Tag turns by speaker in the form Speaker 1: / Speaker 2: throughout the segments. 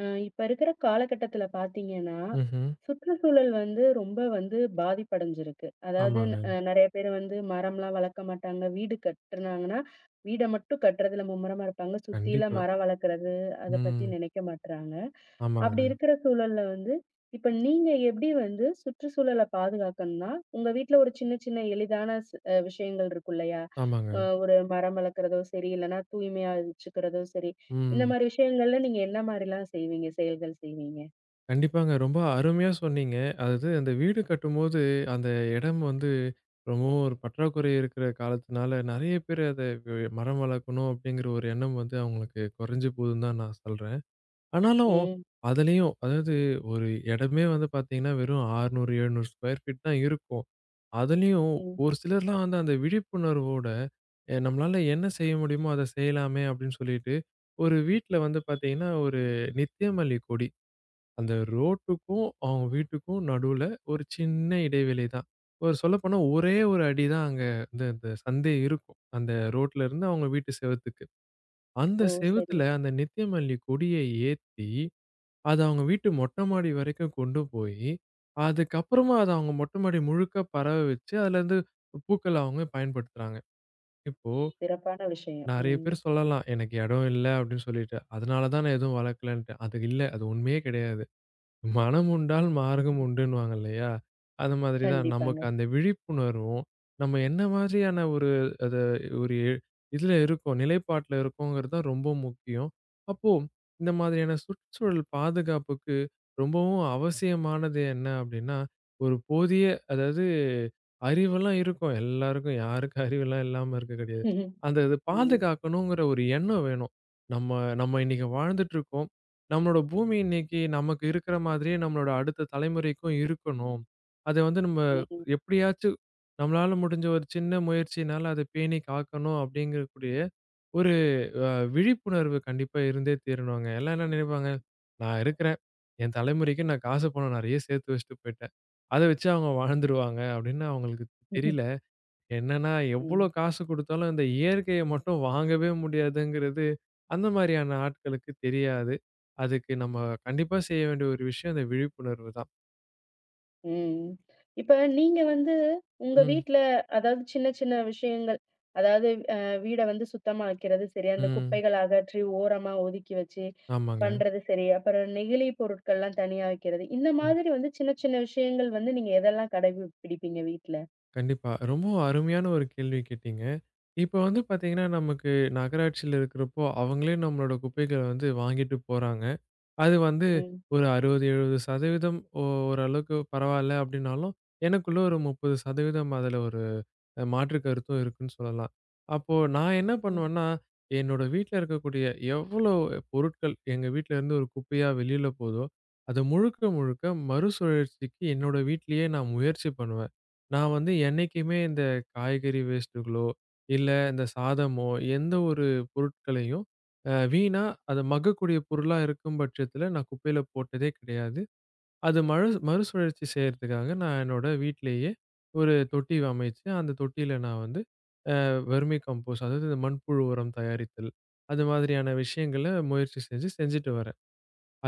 Speaker 1: அ இப்ப இருக்கிற காலகட்டத்தில பார்த்தீங்கன்னா,
Speaker 2: ம்ஹ்ம்.
Speaker 1: சுற்றுச்சூழல் வந்து ரொம்ப வந்து பாதிப்படைஞ்சிருக்கு. அதாவது
Speaker 2: ஆமாங்க.
Speaker 1: நெறைய பேர் வந்து மரம்லாம் வளர்க்க மாட்டாங்க. வீடு கட்டுனாங்கன்னா, வீட மட்டும் கட்டுறதுல மும்முரமா இருப்பாங்க. சுத்தியில
Speaker 2: கண்டிப்பா.
Speaker 1: மரம் வளர்க்கறது, அத பத்தி
Speaker 2: ம்.
Speaker 1: நினைக்க மாட்றாங்க.
Speaker 2: ஆமாங்க,
Speaker 1: அப்படி இருக்கிற சூழல்ல வந்து, இப்ப நீங்க எப்படி வந்து சுற்றுச்சூழல பாதுகாக்கணும்னா, உங்க வீட்ல ஒரு சின்ன சின்ன எளிதான ஸ் அ விஷயங்கள் இருக்கும் இல்லையா?
Speaker 2: ஆமாங்க.
Speaker 1: ஒரு மரம் வளர்க்கிறதோ சரி, இல்லன்னா தூய்மையா வச்சுக்கிறதோ சரி. இந்த
Speaker 2: ம்.
Speaker 1: மாரி விஷயங்கள்ல நீங்க என்ன மாரிலாம் செய்வீங்க? செயல்கள் செய்வீங்க?
Speaker 2: கண்டிப்பாங்க. ரொம்ப அருமையா சொன்னீங்க. அதாவது அந்த வீடு கட்டும்போது, அந்த இடம் வந்து ரொம்பவும் ஒரு பற்றாக்குறை இருக்கிற காலத்துனால, நெறைய பேர் அத மரம் வளர்க்கணும் அப்படிங்கிற ஒரு எண்ணம் வந்து அவங்களுக்கு குறைஞ்சு போகுதுன்னு தான் நான் சொல்றேன். ஆனாலும்
Speaker 1: ம்,
Speaker 2: அதுலயும் அதாவது ஒரு இடமே வந்து பார்த்தீங்கன்னா, வெறும் 600, 700 ஸ்கொயர் ஃபீட் தான் இருக்கும். அதுலயும்
Speaker 1: ம்.
Speaker 2: ஒரு சிலர்லாம் வந்து அந்த விழிப்புணர்வோட, நம்மளால என்ன செய்ய முடியுமோ அத செய்யலாமே!" அப்படின்னு சொல்லிட்டு, ஒரு வீட்ல வந்து பார்த்தீங்கன்னா, ஒரு நித்தியமல்லி கொடி. அந்த ரோட்டுக்கும், அவங்க வீட்டுக்கும் நடுவுல ஒரு சின்ன இடைவெளி தான். ஒரு சொல்லப்போனா ஒரே ஒரு அடி தான் அங்க இந்த இந்த சந்தே இருக்கும். அந்த ரோட்ல இருந்து அவங்க வீட்டு செவுத்துக்கு. அந்த
Speaker 1: ஓ! சரி.
Speaker 2: செவுத்துல அந்த நித்தியமல்லி கொடிய ஏத்தி அது அவங்க வீட்டு மொட்டை மாடி வரைக்கும் கொண்டு போயி, அதுக்கப்புறமா அத அவங்க மொட்டை மாடி முழுக்க பரவ வச்சு, அதுலேருந்து பூக்கள அவங்க பயன்படுத்துறாங்க. இப்போ
Speaker 1: சிறப்பான விஷயம்.
Speaker 2: நெறைய
Speaker 1: ம்.
Speaker 2: பேர் சொல்லலாம், "எனக்கு இடம் இல்ல" அப்படின்னு சொல்லிட்டு. அதனால தான் நான் எதுவும் வளர்க்கலன்ட்டு. அது இல்ல. அது உண்மையே கிடையாது. மனம் உண்டால் மார்க்கம்
Speaker 1: ம்.
Speaker 2: உண்டுன்னுவாங்க இல்லையா? அது மாதிரி தான் நமக்கு
Speaker 1: கண்டிப்பாங்க.
Speaker 2: அந்த விழிப்புணர்வும், நம்ம என்ன மாதிரியான ஒரு அத ஒரு எ- இதுல இருக்கோம், நிலைப்பாட்டுல இருக்கோங்கிறது தான் ரொம்ப முக்கியம். அப்போ இந்த மாதிரியான சுற்றுச்சூழல் பாதுகாப்புக்கு ரொம்பவும் அவசியமானது என்ன அப்படின்னா, ஒரு போதிய அதாவது அறிவெல்லாம் இருக்கும் எல்லாருக்கும். யாருக்கும் அறிவெல்லாம் இல்லாம இருக்க கிடையாது. அந்த இது
Speaker 1: ம்,
Speaker 2: பாதுகாக்கணுங்கிற ஒரு எண்ணம் வேணும். நம்ம நம்ம இன்னைக்கு வாழ்ந்துட்டுருக்கோம். நம்மளோட பூமி இன்னைக்கு நமக்கு இருக்கிற மாதிரியே நம்மளோட அடுத்த தலைமுறைக்கும் இருக்கணும். அத வந்து நம்ம
Speaker 1: ம்,
Speaker 2: எப்படியாச்சும் நம்மளால முடிஞ்ச ஒரு சின்ன முயற்சியினால அத பேணி காக்கணும் அப்படிங்கக்கூடிய ஒரு அ விழிப்புணர்வு கண்டிப்பா இருந்தே தீரணுங்க. எல்லாம் என்ன நினைப்பாங்க, "நான் இருக்கிறேன். என் தலைமுறைக்கு நான் காசு பணம் நெறைய சேர்த்து வச்சுட்டு போயிட்டேன். அத வச்சு அவங்க வாழ்ந்துருவாங்க" அப்படின்னு அவங்களுக்கு தெரியல. என்னன்னா, எவ்ளோ
Speaker 1: ம்,
Speaker 2: காசு குடுத்தாலும் அந்த இயற்கைய மட்டும் வாங்கவே முடியாதுங்கிறது, அந்த மாரியான ஆட்களுக்கு தெரியாது. அதுக்கு நம்ம கண்டிப்பா செய்ய வேண்டிய ஒரு விஷயம் அந்த விழிப்புணர்வு தான்.
Speaker 1: ம். இப்ப நீங்க வந்து உங்க
Speaker 2: ம்,
Speaker 1: வீட்ல அதாவது சின்ன சின்ன விஷயங்கள், அதாவது அ வீட வந்து சுத்தமா வைக்கிறது சரி, அந்த
Speaker 2: ம்.
Speaker 1: குப்பைகள் அகற்றி ஓரமா ஒதுக்கி வச்சு
Speaker 2: ஆமாங்க.
Speaker 1: பண்றது சரி, அப்புறம் நெகிழி பொருட்கள்லாம் தனியா வைக்கிறது. இந்த
Speaker 2: ம்.
Speaker 1: மாதிரி வந்து சின்ன சின்ன விஷயங்கள் வந்து நீங்க எதெல்லாம் கடைபிடிப்பீங்க வீட்ல?
Speaker 2: கண்டிப்பா. ரொம்பவும் அருமையான ஒரு கேள்வி கேட்டீங்க. இப்ப வந்து பாத்தீங்கன்னா, நமக்கு நகராட்சியில இருக்கிறப்போ, அவங்களே நம்மளோட குப்பைகள வந்து வாங்கிட்டு போறாங்க. அது வந்து
Speaker 1: ம்,
Speaker 2: ஒரு 60, 70% ஓரளவுக்கு பரவால்ல அப்டின்னாலும், எனக்குள்ள ஒரு 30% அதுல ஒரு மாற்று கருத்தும் இருக்குன்னு சொல்லலாம். அப்போ நான் என்ன
Speaker 1: ம்.
Speaker 2: பண்ணுவேன்னா, என்னோட வீட்ல இருக்கக்கூடிய எவ்வளோ பொருட்கள் எங்க வீட்ல இருந்து ஒரு குப்பையா வெளில போதோ, அத முழுக்க முழுக்க மறுசுழற்சிக்கு என்னோட வீட்லயே நான் முயற்சி பண்ணுவேன். நான் வந்து என்னைக்குமே இந்த காய்கறி வேஸ்ட்டுகளோ, இல்ல இந்த சாதமோ, எந்த ஒரு பொருட்களையும் வீணா அத மக்கக்கூடிய பொருளா இருக்கும் பட்சத்தில நான் குப்பையில போட்டதே கிடையாது. அது மறுசுழற்சி செய்றதுக்காக நான் என்னோட வீட்லயே ஒரு தொட்டி அமைச்சு, அந்த தொட்டியில நான் வந்து வெர்மி கம்போஸ்ட் அதாவது இந்த மண்புழு உரம் தயாரித்தல், அது மாதிரியான விஷயங்கள முயற்சி செஞ்சுட்டு வரேன்.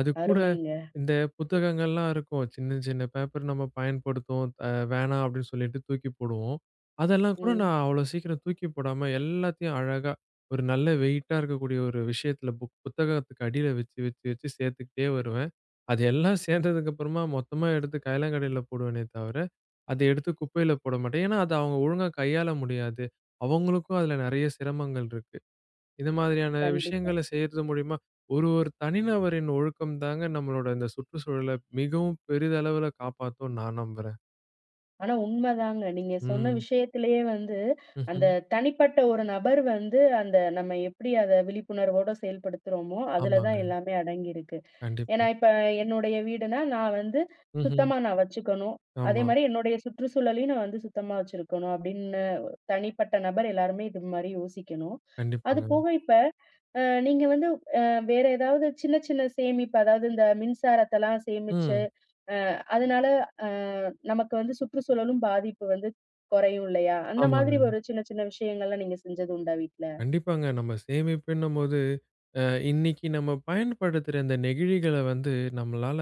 Speaker 2: அது கூட
Speaker 1: அருமைங்க.
Speaker 2: இந்த புத்தகங்கள்லாம் இருக்கும். சின்ன சின்ன பேப்பர் நம்ம பயன்படுத்துவோம். வேணாம் அப்படின்னு சொல்லிட்டு தூக்கி போடுவோம். அதெல்லாம் கூட
Speaker 1: ம்.
Speaker 2: நான் அவ்வளோ சீக்கிரம் தூக்கி போடாம எல்லாத்தையும் அழகா ஒரு நல்ல வெயிட்டா இருக்கக்கூடிய ஒரு விஷயத்துல புத்தகத்துக்கு அடியில வச்சு வச்சு வச்சு சேர்த்துக்கிட்டே வருவேன். அது எல்லாம் சேர்ந்ததுக்கு அப்புறமா மொத்தமா எடுத்து கையிலாங்கடையில போடுவேனே தவிர, அத எடுத்து குப்பையில போட மாட்டேன். ஏன்னா, அத அவங்க ஒழுங்கா கையாள முடியாது. அவங்களுக்கும் அதுல நெறைய சிரமங்கள் இருக்கு. இந்த மாதிரியான
Speaker 1: கண்டிப்பா.
Speaker 2: விஷயங்கள செய்யறது மூலியமா, ஒரு ஒரு தனிநபரின் ஒழுக்கம் தாங்க நம்மளோட இந்த சுற்றுச்சூழல மிகவும் பெரிதளவுல காப்பாத்தும்னு நான் நம்புறேன்.
Speaker 1: ஆனா உண்மதாங்க. நீங்க சொன்ன
Speaker 2: ம்.
Speaker 1: விஷயத்திலேயே வந்து, அந்த
Speaker 2: ம்ஹ்ம்.
Speaker 1: தனிப்பட்ட ஒரு நபர் வந்து, அந்த நம்ம எப்படி அத விழிப்புணர்வோட செயல்படுத்துறோமோ, அதுல தான்
Speaker 2: ஆமாங்க.
Speaker 1: எல்லாமே அடங்கியிருக்கு. ஏன்னா,
Speaker 2: கண்டிப்பா.
Speaker 1: இப்ப என்னுடைய வீடுனா, நான் வந்து
Speaker 2: ம்ஹ்ம்.
Speaker 1: சுத்தமா நான் வச்சுக்கணும். அதே
Speaker 2: ஆமா.
Speaker 1: மாரி என்னுடைய சுற்றுச்சூழலையும் நான் வந்து சுத்தமா வச்சிருக்கணும் அப்படின்னு தனிப்பட்ட நபர் எல்லாருமே இது மாரி யோசிக்கணும். அது
Speaker 2: கண்டிப்பாங்க.
Speaker 1: போக இப்ப அ நீங்க வந்து அ வேற ஏதாவது சின்ன சின்ன சேமிப்பு, அதாவது இந்த மின்சாரத்தலாம் சேமிச்சு
Speaker 2: ம்.
Speaker 1: அ அதனால அ நமக்கு வந்து சுற்றுச்சூழலும் பாதிப்பு வந்து குறையும் இல்லையா? அந்த
Speaker 2: ஆமாங்க.
Speaker 1: மாதிரி ஒரு சின்ன சின்ன விஷயங்கள்லாம் நீங்க செஞ்சது உண்டா வீட்ல?
Speaker 2: கண்டிப்பாங்க. நம்ம சேமிப்புன்னும்போது, அ இன்னைக்கு நம்ம பயன்படுத்துற இந்த நெகிழிகள வந்து நம்மளால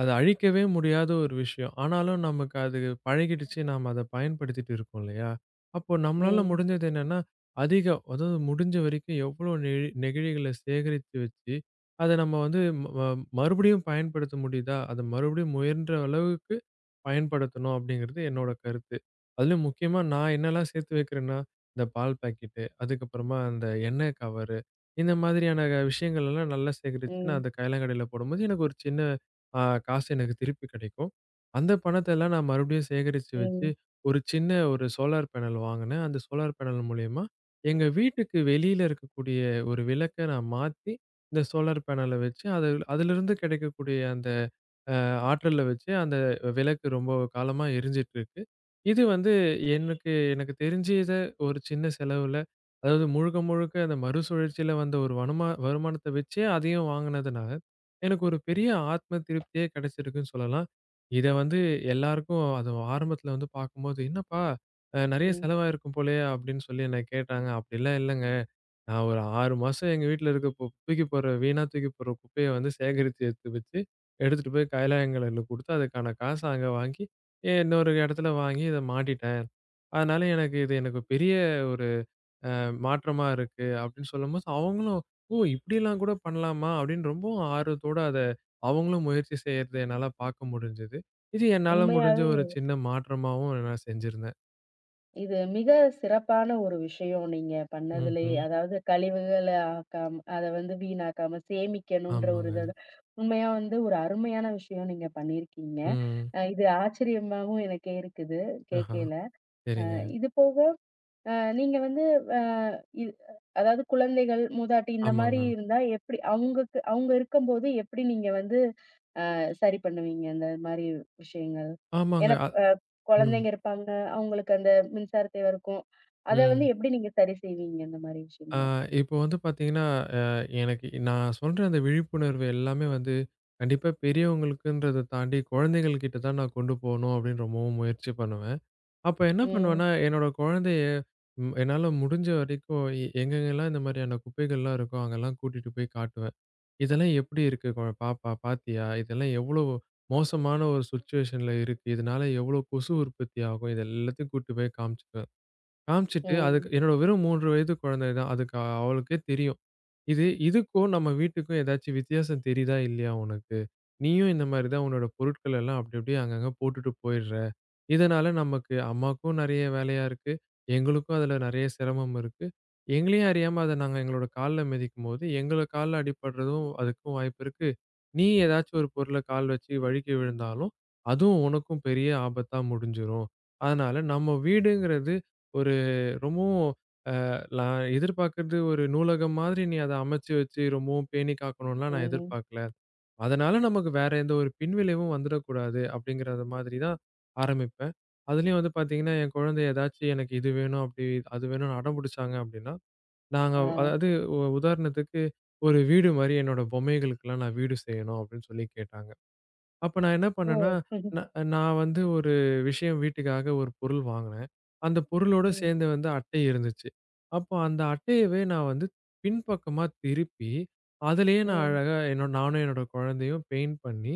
Speaker 2: அத அழிக்கவே முடியாத ஒரு விஷயம். ஆனாலும் நமக்கு அது பழகிடுச்சு. நாம அத பயன்படுத்திட்டு இருக்கோம் இல்லையா? அப்போ நம்மளால
Speaker 1: ம்.
Speaker 2: முடிஞ்சது என்னன்னா, அதிகம் அதாவது முடிஞ்ச வரைக்கும் எவ்வளோ நெழி நெகிழிகள சேகரித்து வச்சு, அத நம்ம வந்து ம ம- மறுபடியும் பயன்படுத்த முடியுதா? அத மறுபடியும் முயன்ற அளவு பயன்படுத்தணும் அப்படிங்கிறது என்னோட கருத்து. அதிலும் முக்கியமா நான் என்னலாம் சேர்த்து வைக்கிறேன்னா, இந்த பால் பாக்கெட்டு, அதுக்கப்புறமா அந்த எண்ணெய் கவரு, இந்த மாதிரியான விஷயங்கள் எல்லாம் நல்லா சேகரிச்சு நான்
Speaker 1: ம்.
Speaker 2: அந்த கையிலாங்கடையில போடும்போது எனக்கு ஒரு சின்ன அ காசு எனக்கு திருப்பி கிடைக்கும். அந்த பணத்த எல்லாம் நான் மறுபடியும் சேகரிச்சு வச்சு,
Speaker 1: ம்.
Speaker 2: ஒரு சின்ன சோலார் பேனல் வாங்குனேன். அந்த சோலார் பேனல் மூலியமா எங்க வீட்டுக்கு வெளியில இருக்கக்கூடிய ஒரு விளக்க நான் மாத்தி, இந்த சோலார் பேனல வச்சு அது அதிலிருந்து கிடைக்கக்கூடிய அந்த அ ஆற்றல வச்சு அந்த விளக்கு ரொம்ப காலமா எரிஞ்சிட்டு இருக்கு. இது வந்து எனக்கு எனக்கு தெரிஞ்சு இத ஒரு சின்ன செலவுல, அதாவது முழுக்க முழுக்க அந்த மறுசுழற்சியில வந்த ஒரு வனுமா வருமானத்த வச்சே அதையும் வாங்குனதுனால, எனக்கு ஒரு பெரிய ஆத்ம திருப்தியே கிடைச்சிருக்குன்னு சொல்லலாம். இத வந்து எல்லாருக்கும் அது ஆரம்பத்துல வந்து பார்க்கும்போது, "என்னப்பா நெறைய
Speaker 1: ம்.
Speaker 2: செலவாயிருக்கும் போலயே" அப்படின்னு சொல்லி என்ன கேட்டாங்க. அப்படிலாம் இல்லங்க. நான் ஒரு 6 மாசம் எங்க வீட்ல தூக்கி போடுற தூக்கி போடுற குப்பைய வந்து சேகரித்து எடுத்து வச்சு எடுத்துட்டு போய் கைலாயங்கல்ல குடுத்து, அதுக்கான காச அங்க வாங்கி, இன்னொரு இடத்துல வாங்கி இத மாட்டிட்டேன். அதனால எனக்கு இது எனக்கு பெரிய ஒரு மாற்றமா இருக்கு அப்படின்னு சொல்லும்போது, அவங்களும் "ஓ! இப்படிலாம் கூட பண்ணலாமா?" அப்படின்னு ரொம்பவும் ஆர்வத்தோட அத அவங்களும் முயற்சி செய்யறத என்னால பார்க்க முடிஞ்சது. இது என்னால முடிஞ்ச
Speaker 1: உண்மையாவே
Speaker 2: ஒரு சின்ன மாற்றமாவும் நான் செஞ்சிருந்தேன்.
Speaker 1: இது மிக சிறப்பான ஒரு விஷயம் நீங்க பண்ணதுலயே.
Speaker 2: ம்ஹ்ம்.
Speaker 1: அதாவது கழிவுகள ஆக்காம அத வந்து வீணாக்காம சேமிக்கணுன்ற ஒரு
Speaker 2: ஆமாங்க.
Speaker 1: இத உண்மையா வந்து ஒரு அருமையான விஷயம் நீங்க பண்ணியிருக்கீங்க.
Speaker 2: ம்.
Speaker 1: இது ஆச்சரியமாவும் எனக்கே இருக்குது
Speaker 2: ஆஹா.
Speaker 1: கேட்கையில. அ
Speaker 2: சரிங்க.
Speaker 1: இது போக அ நீங்க வந்து அ இது அதாவது குழந்தைகள், மூதாட்டி இந்த மாரி
Speaker 2: ஆமாங்க.
Speaker 1: இருந்தா எப்படி அவங்களுக்கு அவங்க இருக்கும்போது எப்படி நீங்க வந்து சரி பண்ணுவீங்க இந்த மாரி விஷயங்கள்?
Speaker 2: ஆமாங்க.
Speaker 1: ஏன்னா அ
Speaker 2: ம்.
Speaker 1: குழந்தைங்க இருப்பாங்க. அவங்களுக்கு அந்த மின்சார தேவை இருக்கும். அத வந்து
Speaker 2: ம்.
Speaker 1: எப்படி நீங்க சரி செய்வீங்க இந்த மாரி
Speaker 2: ஆ,
Speaker 1: விஷயங்கள?
Speaker 2: இப்போ வந்து பார்த்தீங்கன்னா, அ எனக்கு நான் சொல்ற அந்த விழிப்புணர்வு எல்லாமே வந்து, கண்டிப்பா பெரியவங்களுக்குன்றத தாண்டி குழந்தைகள் கிட்ட தான் நான் கொண்டு போணும் அப்படின்னு ரொம்பவும் முயற்சி பண்ணுவேன். அப்ப என்ன
Speaker 1: ம்,
Speaker 2: பண்ணுவேன்னா, என்னோட குழந்தைய என்னால முடிஞ்ச வரைக்கும் எங்கெங்கலாம் இந்த மாதிரியான குப்பைகள்லாம் இருக்கோ, அங்கெல்லாம் கூட்டிட்டு போய் காட்டுவேன். "இதெல்லாம் எப்படி இருக்கு பாப்பா பார்த்தியா? இதெல்லாம் எவ்வளோ மோசமான ஒரு சிச்சுவேஷன்ல இருக்கு. இதனால எவ்வளோ கொசு உற்பத்தி ஆகும்." இது எல்லாத்தையும் கூட்டிட்டு போய் காமிச்சுட்டு காமிச்சுட்டு அதுக்கு
Speaker 1: ம்,
Speaker 2: என்னோட வெறும் 3 வயது குழந்தை தான். அவளுக்கே தெரியும். இதுக்கும் நம்ம வீட்டுக்கும் ஏதாச்சும் வித்தியாசம் தெரியுதா இல்லையா உனக்கு? நீயும் இந்த மாரி தான் உன்னோட பொருட்கள் எல்லாம் அப்படி அப்படியே அங்கங்க போட்டுட்டு போயிடுற. இதனால நமக்கு அம்மாக்கும் நெறைய வேலையா இருக்கு. எங்களுக்கும் அதுல நெறைய சிரமம் இருக்கு. எங்களையும் அறியாம அத நாங்க எங்களோட கால்ல மிதிக்கும்போது, எங்கள கால்ல அடிபடுறதும் அதுக்கும் வாய்ப்பு இருக்கு. நீ ஏதாச்சும் ஒரு பொருள கால் வச்சு வழுக்கி விழுந்தாலும், அதுவும் உனக்கும் பெரிய ஆபத்தா முடிஞ்சிரும். அதனால நம்ம வீடுங்கிறது ஒரு ரொம்பவும் நான் எதிர்பார்க்கிறது ஒரு நூலகம் மாதிரி நீ அத அமைச்சு வச்சு ரொம்பவும் பேணி காக்கணும்லாம் நான்
Speaker 1: ம்.
Speaker 2: எதிர்பார்க்கல. அதனால நமக்கு வேற எந்த ஒரு பின்விளைவும் வந்துடக்கூடாது அப்படிங்கிறத மாதிரி தான் ஆரம்பிப்பேன். அதுலயும் வந்து பார்த்தீங்கன்னா, என் குழந்தை ஏதாச்சும் எனக்கு இது வேணும், அப்படி அது வேணும்னு அடம் புடிச்சாங்க அப்படின்னா, நாங்க
Speaker 1: ஆ.
Speaker 2: அதாவது உதாரணத்துக்கு ஒரு வீடு மாரி என்னோட பொம்மைகளுக்கெல்லாம் நான் வீடு செய்யணும் அப்படின்னு சொல்லி கேட்டாங்க. அப்ப நான் என்ன
Speaker 1: ஓ!
Speaker 2: பண்ணேன்னா, நா நான் வந்து
Speaker 1: ம்,
Speaker 2: ஒரு விஷயம் வீட்டுக்காக ஒரு பொருள் வாங்குனேன். அந்த பொருளோட
Speaker 1: ம்,
Speaker 2: சேர்ந்து வந்து அட்டை இருந்துச்சு. அப்போ அந்த அட்டையவே நான் வந்து பின்பக்கமா திருப்பி, அதிலேயே நான்
Speaker 1: ம்.
Speaker 2: அழகா நானும் என்னோட குழந்தையும் பெயிண்ட் பண்ணி,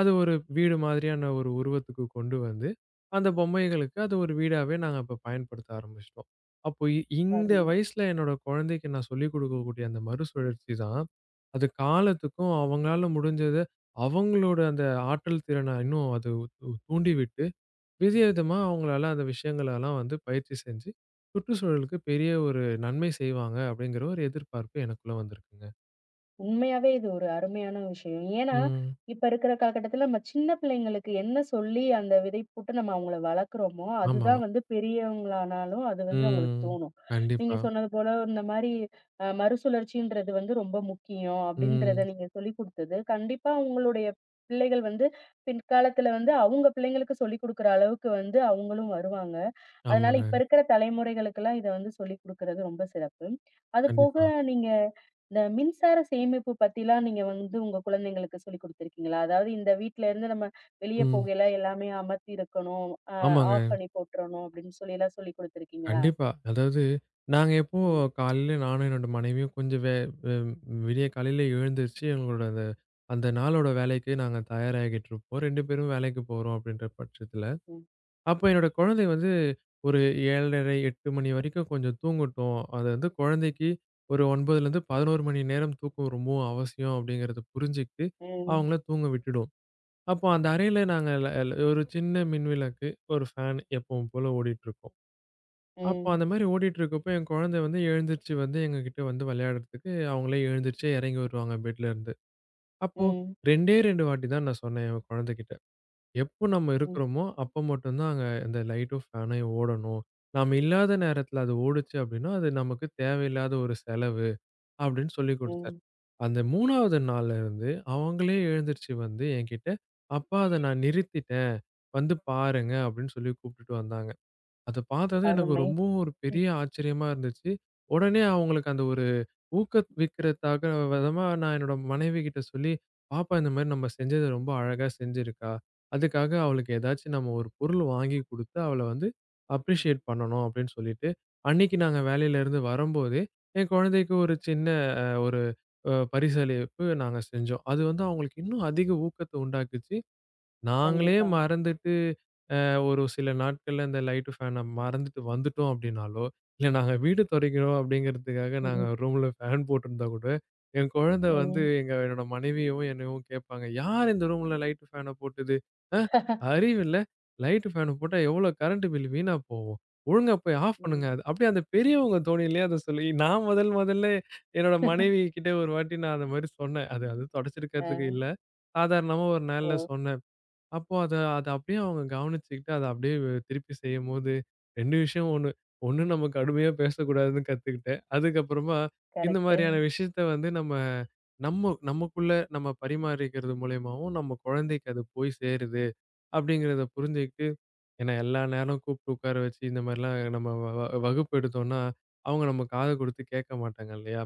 Speaker 2: அது ஒரு வீடு மாதிரியான ஒரு உருவத்துக்கு கொண்டு வந்து, அந்த பொம்மைகளுக்கு அது ஒரு வீடாவே நாங்க அப்ப பயன்படுத்த ஆரம்பிச்சுட்டோம். அப்போ இந்த
Speaker 1: அருமை.
Speaker 2: வயசுல என்னோட குழந்தைக்கு நான் சொல்லிக் குடுக்கக்கூடிய அந்த மறுசுழற்சி தான், அது காலத்துக்கும் அவங்களால முடிஞ்சது அவங்களோட அந்த ஆற்றல் திறன இன்னும் அது தூண்டிவிட்டு, பெரிய விதமா அவங்களால அந்த விஷயங்களெல்லாம் வந்து பயிற்சி செஞ்சு, சுற்றுச்சூழலுக்கு பெரிய ஒரு நன்மை செய்வாங்க அப்படிங்கிற ஒரு எதிர்பார்ப்பு எனக்குள்ள வந்திருக்குங்க.
Speaker 1: உண்மையாவே இது ஒரு அருமையான விஷயம். ஏன்னா,
Speaker 2: ம்.
Speaker 1: இப்ப இருக்கிற காலகட்டத்தில நம்ம சின்ன பிள்ளைங்களுக்கு என்ன சொல்லி அந்த விதை போட்டு நம்ம அவங்கள வளர்க்குறோமோ,
Speaker 2: ஆமா.
Speaker 1: அதுதான் வந்து பெரியவங்களானாலும் அது வந்து அவங்களுக்கு
Speaker 2: ம்.
Speaker 1: தோணும். நீங்க
Speaker 2: கண்டிப்பா.
Speaker 1: சொன்னது போல இந்த மாரி மறுசுழற்சின்றது வந்து ரொம்ப முக்கியம் அப்படின்றத
Speaker 2: ம்.
Speaker 1: நீங்க சொல்லிக் குடுத்தது, கண்டிப்பா உங்களுடைய பிள்ளைகள் வந்து பின்காலத்தில வந்து அவங்க பிள்ளைங்களுக்கு சொல்லிக் குடுக்குற அளவுக்கு வந்து அவங்களும் வருவாங்க. அதனால இப்ப
Speaker 2: ஆமாங்க.
Speaker 1: இருக்கிற தலைமுறைகளுக்கெல்லாம் இத வந்து சொல்லிக் குடுக்குறது ரொம்ப சிறப்பு. அதுபோக
Speaker 2: கண்டிப்பா.
Speaker 1: நீங்க இந்த மின்சார சேமிப்பு பத்திலாம் நீங்க வந்து உங்க குழந்தைங்களுக்கு சொல்லிக் குடுத்துருக்கீங்களா? அதாவது இந்த வீட்ல இருந்து நம்ம வெளிய
Speaker 2: ம்.
Speaker 1: போகையில எல்லாமே அமர்த்தி இருக்கணும். அ
Speaker 2: ஆமாங்க.
Speaker 1: ஆஃப் பண்ணி போட்டுறணும் அப்படின்னு சொல்லிலாம் சொல்லிக் குடுத்துருக்கீங்களா?
Speaker 2: கண்டிப்பா. அதாவது நாங்க எப்போ
Speaker 1: ம்,
Speaker 2: காலையில நானும் என்னோட மனைவியும் கொஞ்சம் வே வெ விடிய காலையில எழுந்திருச்சு எங்களோட அந்த அந்த நாளோட வேலைக்கு நாங்க தயாராகிக்கிட்டுருப்போம். 2 பேரும் வேலைக்கு போறோம் அப்படின்ற பட்சத்துல.
Speaker 1: ம்,
Speaker 2: அப்ப என்னோட குழந்தை வந்து ஒரு 7:30, 8 மணி வரைக்கும் கொஞ்சம் தூங்கட்டும். அது வந்து குழந்தைக்கு ஒரு 9லேருந்து 11 மணி நேரம் தூக்கம் ரொம்பவும் அவசியம் அப்படிங்கிறத புரிஞ்சுக்கிட்டு,
Speaker 1: ம்,
Speaker 2: அவங்கள தூங்க விட்டுடுவோம். அப்போ அந்த அறையில நாங்க ல ல ஒரு சின்ன மின்விளக்கு, ஒரு ஃபேன் எப்பவும் போல ஓடிட்டுருக்கும். அப்போ
Speaker 1: ம்,
Speaker 2: அந்த மாரி ஓடிட்டுருக்கப்போ என் குழந்தை வந்து எழுந்திரிச்சு வந்து எங்ககிட்ட வந்து விளையாடுறதுக்கு அவங்களே எழுந்திரிச்சு இறங்கி வருவாங்க பெட்லருந்து. அப்போ
Speaker 1: ம்,
Speaker 2: 2டே 2 வாட்டி தான் நான் சொன்னேன் என் குழந்தைகிட்ட. எப்போ நம்ம
Speaker 1: ம்,
Speaker 2: இருக்கிறோமோ, அப்போ மட்டும் தான் அங்க அந்த லைட்டும், ஃபேனையும் ஓடணும். நாம இல்லாத நேரத்தில அது ஓடுச்சு அப்படின்னா, அது நமக்கு தேவையில்லாத ஒரு செலவு அப்படின்னு சொல்லிக் குடுத்தாரு.
Speaker 1: ம்.
Speaker 2: அந்த 3வது நாள்ல இருந்து அவங்களே எழுந்திருச்சு வந்து என்கிட்ட, "அப்பா அத நான் நிறுத்திட்டேன். வந்து பாருங்க" அப்படின்னு சொல்லி கூப்பிட்டுட்டு வந்தாங்க. அத பார்த்ததும் எனக்கு
Speaker 1: அருமை.
Speaker 2: ரொம்பவும் ஒரு
Speaker 1: ம்.
Speaker 2: பெரிய ஆச்சரியமா இருந்துச்சு. உடனே அவங்களுக்கு அந்த ஒரு ஊக்கவிக்கிறதுக்காக விதமா நான் என்னோட மனைவிகிட்ட சொல்லி, "பாப்பா இந்த மாரி நம்ம செஞ்சது ரொம்ப அழகா செஞ்சிருக்கா. அதுக்காக அவளுக்கு ஏதாச்சும் நம்ம ஒரு பொருள் வாங்கி குடுத்து, அவள வந்து அப்ரிஷியேட் பண்ணணும்." அப்படின்னு சொல்லிட்டு, அன்னைக்கு நாங்க வேலையிலேருந்து வரும்போதே, என் குழந்தைக்கு ஒரு சின்ன அ ஒரு அ பரிசளிப்பு நாங்க செஞ்சோம். அது வந்து அவங்களுக்கு இன்னும் அதிக ஊக்கத்த உண்டாக்குச்சு. நாங்களே
Speaker 1: கண்டிப்பா.
Speaker 2: மறந்துட்டு ஒரு சில நாட்கள்ல இந்த லைட்டு ஃபேனை மறந்துட்டு வந்துட்டோம் அப்படின்னாலோ, இல்ல நாங்க வீடு துடைக்கிறோம் அப்படிங்கிறதுக்காக நாங்க
Speaker 1: ம்ஹ்ம்.
Speaker 2: ரூம்ல ஃபேன் போட்டிருந்தா கூட, என் குழந்தை வந்து
Speaker 1: ம்,
Speaker 2: என்னோட மனைவியவும் என்னையும் கேட்பாங்க, "யார் இந்த ரூம்ல லைட்டு ஃபேனை போட்டது? அ அறிவில்ல! லைட்டு ஃபேன் போட்டா எவ்வளோ கரண்ட் பில் வீணா போகும். ஒழுங்கா போய் ஆஃப் பண்ணுங்க."
Speaker 1: ம்.
Speaker 2: அது அப்படியே அந்த பெரியவங்க தோணியிலேயே அத சொல்லி நான் முதல் முதல்ல என்னோட மனைவி கிட்ட ஒரு வாட்டி நான் அந்த மாரி சொன்னேன். அது அது துடைச்சிருக்கிறதுக்கு
Speaker 1: அ,
Speaker 2: இல்ல. சாதாரணமா ஒரு நாள்ல
Speaker 1: ஓ!
Speaker 2: சொன்னேன். அப்போ அத அத அப்படியே அவங்க கவனிச்சுக்கிட்டு, அத அப்படியே திருப்பி செய்யும்போது 2 விஷயம் ஒண்ணு. ஒண்ணு நம்ம கடுமையா பேசக்கூடாதுன்னு கத்துக்கிட்டேன். அதுக்கப்புறமா இந்த
Speaker 1: கரெக்ட்டு.
Speaker 2: மாரியான விஷயத்த வந்து நம்ம நம்ம நமக்குள்ள நம்ம பரிமாறிக்கிறது மூலியமாவும், நம்ம குழந்தைக்கு அது போய் சேருது அப்படிங்கிறத புரிஞ்சுகிட்டு ஏன்னா, எல்லா நேரம் கூப்பிட்டு உட்கார வச்சு இந்த மாரிலாம் நம்ம வ வ வகுப்பு எடுத்தோம்னா, அவங்க நம்ம காது குடுத்து கேட்க மாட்டாங்க இல்லையா?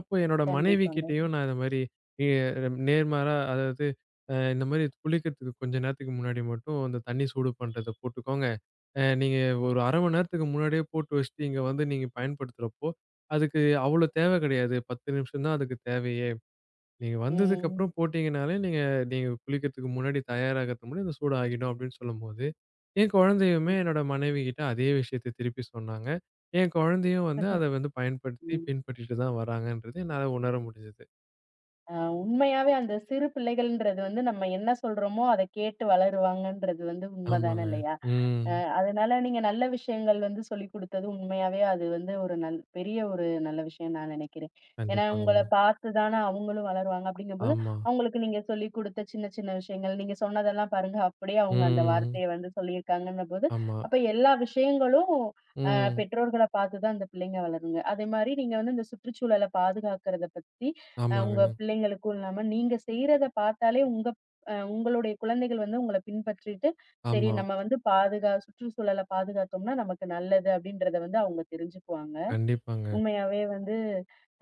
Speaker 2: அப்போ என்னோட மனைவி
Speaker 1: கண்டிப்பாங்க.
Speaker 2: கிட்டயும் நான் இந்த மாரி எ நேர்மாறா அதாவது இந்த மாரி குளிக்கிறதுக்கு கொஞ்ச நேரத்துக்கு முன்னாடி மட்டும் அந்த தண்ணி சூடு பண்றத போட்டுக்கோங்க. நீங்க ஒரு 1/2 மணி நேரத்துக்கு முன்னாடியே போட்டு வச்சுட்டு இங்க வந்து நீங்க பயன்படுத்துறப்போ, அதுக்கு அவ்வளோ தேவ கிடையாது. 10 நிமிஷம் தான் அதுக்கு தேவையே. நீங்க
Speaker 1: ம்,
Speaker 2: வந்ததுக்கப்புறம் போட்டீங்கனாலே, நீங்க நீங்க குளிக்கிறதுக்கு முன்னாடி தயாராகறதுக்கு முன்னாடி இந்த சூடு ஆகிடும் அப்படின்னு சொல்லும்போது, என் குழந்தையுமே
Speaker 1: ம்,
Speaker 2: என்னோட மனைவிகிட்ட அதே விஷயத்த திருப்பி சொன்னாங்க. என் குழந்தையும் வந்து அத வந்து பயன்படுத்தி
Speaker 1: ம்.
Speaker 2: பின்பற்றிட்டு தான் வராங்கன்றது என்னால உணர முடிஞ்சது.
Speaker 1: உண்மையாவே அந்த சிறு பிள்ளைகள்ன்றது வந்து நம்ம என்ன சொல்றோமோ, அத கேட்டு வளருவாங்கன்றது வந்து உண்ம தான
Speaker 2: ஆமாங்க.
Speaker 1: இல்லையா?
Speaker 2: ம்.
Speaker 1: அதனால நீங்க நல்ல விஷயங்கள் வந்து சொல்லிக் குடுத்தது உண்மையாவே அது வந்து ஒரு பெரிய ஒரு நல்ல விஷயம்னு நான் நினைக்கிறேன். ஏன்னா
Speaker 2: கண்டிப்பாங்க.
Speaker 1: உங்கள பார்த்து தானே அவங்களும் வளருவாங்க அப்படிங்கும்போது,
Speaker 2: ஆமா.
Speaker 1: அவங்களுக்கு நீங்க சொல்லிக் குடுத்த சின்ன சின்ன விஷயங்கள், நீங்க சொன்னதெல்லாம் பாருங்க அப்படியே அவங்க அந்த
Speaker 2: ம்.
Speaker 1: வார்த்தைய வந்து சொல்லியிருக்காங்கன்னும் போது,
Speaker 2: ஆமா.
Speaker 1: அப்ப எல்லா விஷயங்களும்
Speaker 2: ம்.
Speaker 1: பெற்றோர்கள பார்த்து தான் அந்த பிள்ளைங்க வளருங்க. அதே மாரி நீங்க வந்து இந்த சுற்றுச்சூழல பாதுகாக்கிறத பத்தி உங்க
Speaker 2: ஆமாங்க.
Speaker 1: பிள்ளைங்களுக்கும் இல்லாம நீங்க செய்றத பார்த்தாலே உங்க உங்களுடைய குழந்தைகள் வந்து உங்கள பின்பற்றிட்டு சரி
Speaker 2: ஆமா.
Speaker 1: நம்ம வந்து சுற்றுச்சூழல பாதுகாத்தோம்னா நமக்கு நல்லது அப்படின்றத வந்து அவங்க தெரிஞ்சுக்குவாங்க.
Speaker 2: கண்டிப்பாங்க.
Speaker 1: உண்மையாவே வந்து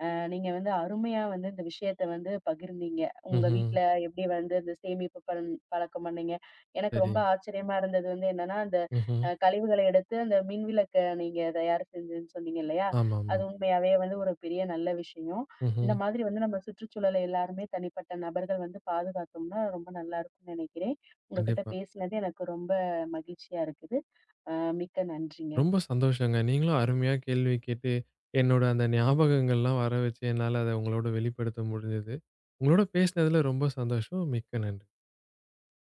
Speaker 1: நீங்க வந்து அருமையா வந்து இந்த விஷயத்த வந்து பகிர்ந்தீங்க. உங்க
Speaker 2: ம்ஹ்ம்.
Speaker 1: வீட்ல எப்படி வந்து இந்த சேமிப்பு பழக்கம் பண்ணீங்க. எனக்கு
Speaker 2: சரி.
Speaker 1: ரொம்ப ஆச்சரியமா இருந்தது வந்து என்னன்னா, அந்த
Speaker 2: ம்ஹ்ம்.
Speaker 1: கழிவுகள எடுத்து அந்த மின்விளக்க நீங்க தயார் செஞ்சேன்னு சொன்னீங்க இல்லையா? அது
Speaker 2: ஆமாமா.
Speaker 1: உண்மையாவே வந்து ஒரு பெரிய நல்ல விஷயம்.
Speaker 2: ம்ஹ்ம்.
Speaker 1: இந்த மாதிரி வந்து நம்ம சுற்றுச்சூழல எல்லாருமே தனிப்பட்ட நபர்கள் வந்து பாதுகாத்தோம்னா ரொம்ப நல்லா இருக்கும்னு நெனைக்கிறேன். உங்ககிட்ட
Speaker 2: கண்டிப்பா.
Speaker 1: பேசினது எனக்கு ரொம்ப மகிழ்ச்சியா இருக்குது. அ மிக்க நன்றிங்க.
Speaker 2: ரொம்ப சந்தோஷங்க. நீங்களும் அருமையா கேள்வி கேட்டு, என்னோட அந்த ஞாபகங்கள்லாம் வர வச்சு என்னால அத உங்களோட வெளிப்படுத்த முடிஞ்சது. உங்களோட பேசினதுல ரொம்ப சந்தோஷம். மிக்க நன்றி.